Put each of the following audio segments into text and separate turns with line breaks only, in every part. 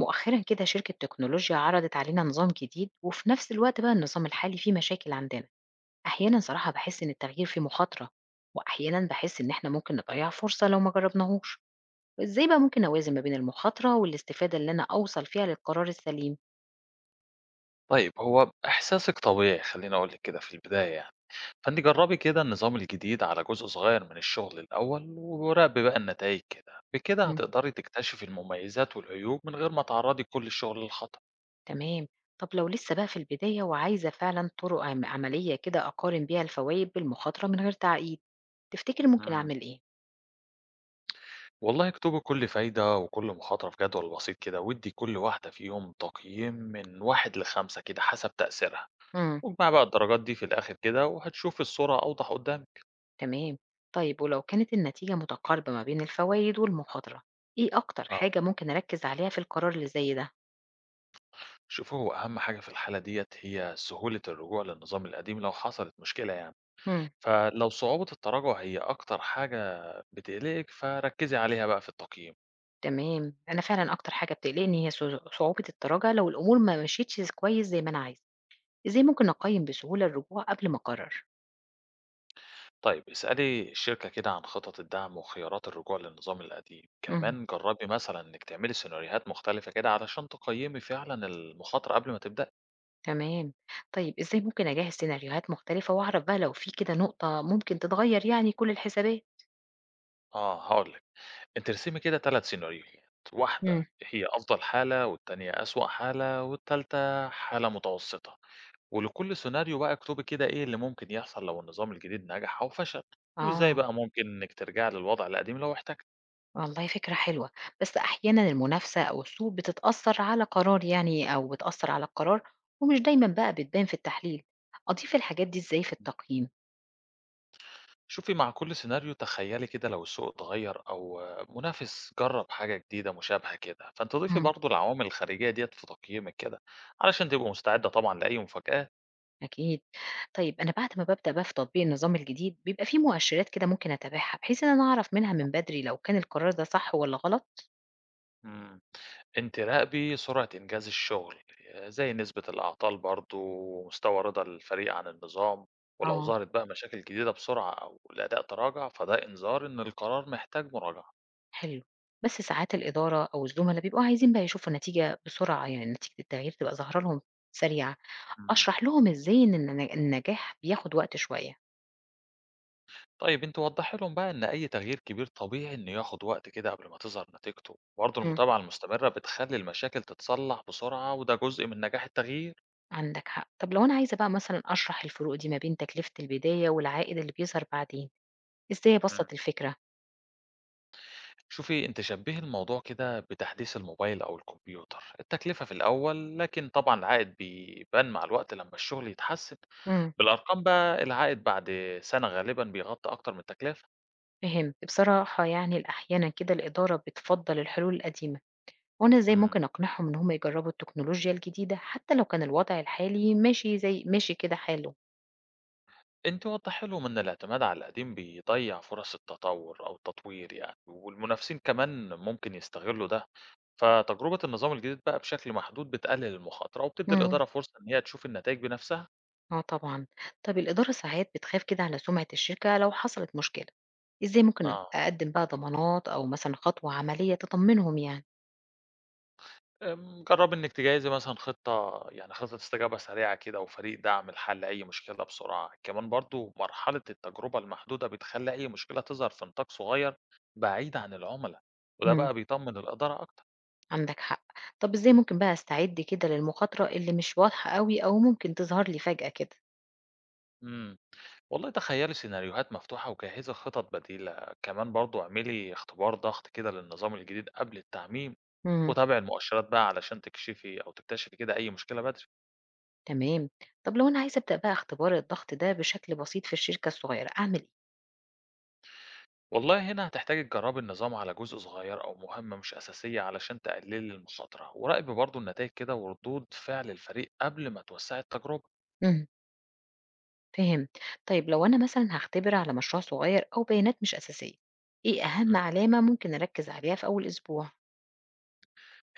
مؤخرا كده شركة تكنولوجيا عرضت علينا نظام جديد، وفي نفس الوقت بقى النظام الحالي فيه مشاكل عندنا. أحيانا صراحة بحس إن التغيير فيه مخاطرة، وأحيانا بحس إن إحنا ممكن نضيع فرصة لو ما جربناهوش. إزاي بقى ممكن أوازن ما بين المخاطرة والاستفادة اللي أنا أوصل فيها للقرار السليم؟
طيب هو إحساسِك طبيعي خلّيني أقول لِك كده في البداية يعني، فأنتِ جرّبي كده النظام الجديد على جزء صغير من الشغل الأول، وراقبي بقى النتايج كده، بكده
مم.
هتقدري تكتشفي المميزات والعيوب من غير ما تعرّضي كل الشغل للخطر.
تمام. طب لو لسه بقى في البداية وعايزة فعلا طرق عملية كده أقارن بيها الفوائد بالمخاطرة من غير تعقيد، تفتكر ممكن
امم.
أعمل إيه؟
والله اكتبي كل فايدة وكل مخاطرة في جدول بسيط كده، وادّي كل واحدة فيهم تقييم من 1 ل5 كده حسب تأثيرها،
مم.
واجمعي بقى الدرجات دي في الآخر كده وهتشوفي الصورة أوضح قدّامِك.
تمام. طيب ولو كانت النتيجة متقاربة ما بين الفوائد والمخاطرة، ايه اكتر
آه.
حاجة ممكن اركز عليها في القرار اللي زي ده؟
شوفوا هو أهم حاجة في الحالة ديّة هي سهولة الرجوع للنظام القديم لو حصلت مشكلة يعني،
مم.
فلو صعوبة التراجع هي أكتر حاجة بتقلقِك فركّزي عليها بقى في التقييم.
تمام. انا فعلا اكتر حاجة بتقلقني هي صعوبة التراجع لو الامور ما مشيتش كويس زي ما انا عايزة. ازاي ممكن
إمم.
اقيم بسهولة الرجوع قبل ما اقرر؟
طيب اسألي الشركة كده عن خطط الدعم وخيارات الرجوع للنظام القديم،
مم.
كمان جرّبي مثلًا إنِّك تعملي سيناريوهات مختلفة كده علشان تقيّمي فعلًا المخاطرة قبل ما تبدئي.
تمام. طيب ازاي ممكن اجهز سيناريوهات مختلفة واعرف بقى لو في كده نقطة ممكن تتغير يعني كل الحسابات؟
آه هاقول لِك، أنتِ ارسمي كده 3 سيناريوهات، واحدة
مم.
هي أفضل حالة والتانية أسوأ حالة والتالتة حالة متوسطة. ولكل سيناريو بقى اكتبي كده إيه اللي ممكن يحصل لو النظام الجديد نجح أو فشل، وإزاي
اه.
بقى ممكن إنِك ترجعي للوضع القديم لو احتجتِ.
والله فكرة حلوة، بس أحيانًا المنافسة أو السوق بتتأثّر على قرار يعني أو بتأثّر على القرار، ومش دايمًا بقى بتبان في التحليل. أضيف الحاجات دي إزاي في التقييم؟
شوفي مع كل سيناريو تخيلي كده لو السوق اتغير أو منافس جرب حاجة جديدة مشابهة كده، فأنتِ ضيفي
إمم.
برضه العوامل الخارجية ديّة في تقييمِك كده، علشان تبقي مستعدة طبعًا لأي مفاجآت.
أكيد. طيب أنا بعد ما بابدأ بقى في تطبيق النظام الجديد بيبقى في مؤشرات كده ممكن أتابعها، بحيث إن أنا أعرف منها من بدري لو كان القرار ده صح والّا غلط؟
إمم. أنتِ راقبي سرعة إنجاز الشغل، زي نسبة الأعطال برضه ومستوى رضا الفريق عن النظام، ولو
آه.
ظهرت بقى مشاكل جديدة بسرعة أو الأداء تراجع، فده إنذار إن القرار محتاج مراجعة.
حلو. بس ساعات الإدارة أو الزملا بيبقوا عايزين بقى يشوفوا نتيجة بسرعة، يعني نتيجة التغيير تبقى ظاهرة لهم سريعة.
إمم.
أشرح لهم إزاي إن النجاح بياخد وقت شوية؟
طيب أنتِ وضّحي لهم بقى إن أي تغيير كبير طبيعي إنه ياخد وقت كده قبل ما تظهر نتيجته، برضه
إمم،
المتابعة المستمرة بتخلّي المشاكل تتصلّح بسرعة وده جزء من نجاح التغيير.
عندك حق. طب لو أنا عايزة بقى مثلًا أشرح الفروق دي ما بين تكلفة البداية والعائد اللي بيظهر بعدين، إزاي
إمم.
أبسّط الفكرة؟
شوفي انت شبهي الموضوع كده بتحديث الموبايل او الكمبيوتر. التكلفة في الاول، لكن طبعا العائد بيبان مع الوقت لما الشغل يتحسن.
إمم،
بالارقام بقى العائد بعد 1 سنة غالبا بيغطي اكتر من التكلفة.
فهمت. بصراحة يعني أحيانًا كده الإدارة بتفضّل الحلول القديمة، وأنا إزاي
امم
ممكن أقنعهم إن هم يجرّبوا التكنولوجيا الجديدة حتى لو كان الوضع الحالي ماشي زي ماشي كده حاله؟
انت وضح لهم ان الاعتماد على القديم بيضيع فرص التطور او التطوير يعني، والمنافسين كمان ممكن يستغلوا ده. فتجربة النظام الجديد بقى بشكل محدود بتقلل المخاطرة وبتدي
إمم،
الإدارة فرصة إن هي تشوف النتائج بنفسها.
آه طبعًا. طب الإدارة ساعات بتخاف كده على سمعة الشركة لو حصلت مشكلة، إزاي ممكن
آه
أقدّم بقى ضمانات أو مثلًا خطوة عملية تطمّنهم يعني؟
آمم، جرّبي إنِّك تجهّزي مثلًا خطة يعني خطة استجابة سريعة كده وفريق دعم لحل أي مشكلة بسرعة، كمان برضه مرحلة التجربة المحدودة بتخلّي أي مشكلة تظهر في نطاق صغير بعيد عن العُملا، وده
إمم.
بقى بيطمّن الإدارة أكتر.
عندك حق. طب إزاي ممكن بقى أستعد كده للمخاطرة اللي مش واضحة أوي أو ممكن تظهر لي فجأة كده؟
إمم، والله تخيّلي سيناريوهات مفتوحة وجهّزي خطط بديلة، كمان برضه اعملي اختبار ضغط كده للنظام الجديد قبل التعميم،
مم.
وتابعي المؤشرات بقى علشان تكشفي أو تكتشفي كده أي مشكلة بدري.
تمام. طب لو أنا عايزة أبدأ بقى اختبار الضغط ده بشكل بسيط في الشركة الصغيرة، أعمل إيه؟
والله هنا هتحتاجي تجربي النظام على جزء صغير أو مهمة مش أساسية علشان تقللي المخاطرة، وراقبي برضو النتائج كده وردود فعل الفريق قبل ما توسعي التجربة.
مم. فهم. طيب لو أنا مثلا هختبر على مشروع صغير أو بيانات مش أساسية، إيه أهم
مم.
علامة ممكن أركز عليها في أول أسبوع؟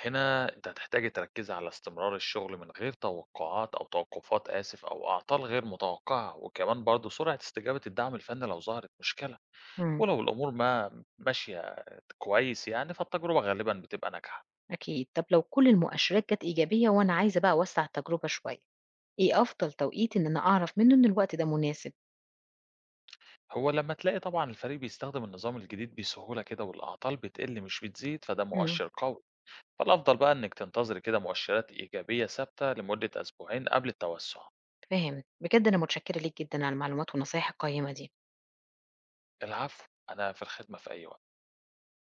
هنا انت هتحتاجي تركزي على استمرار الشغل من غير توقعات أو توقفات آسف أو أعطال غير متوقعة، وكمان برضو سرعة استجابة الدعم الفني لو ظهرت مشكلة.
مم.
ولو الأمور ما ماشية كويس يعني، فالتجربة غالبا بتبقى ناجحة.
أكيد. طب لو كل المؤشرات جت إيجابية وأنا عايزة بقى أوسع التجربة شوية، إيه أفضل توقيت إن أنا أعرف منه إن الوقت ده مناسب؟
هو لما تلاقي طبعا الفريق بيستخدم النظام الجديد بسهولة كده، والأعطال بتقل مش بتزيد، فده مؤشر قوي. فالأفضل بقى إنِك تنتظري كده مؤشرات إيجابية ثابتة لمدة 2 أسبوع قبل التوسع.
فاهم، بجد أنا متشكرة ليك جدًا على المعلومات والنصايح القيّمة دي.
العفو، أنا في الخدمة في أي وقت.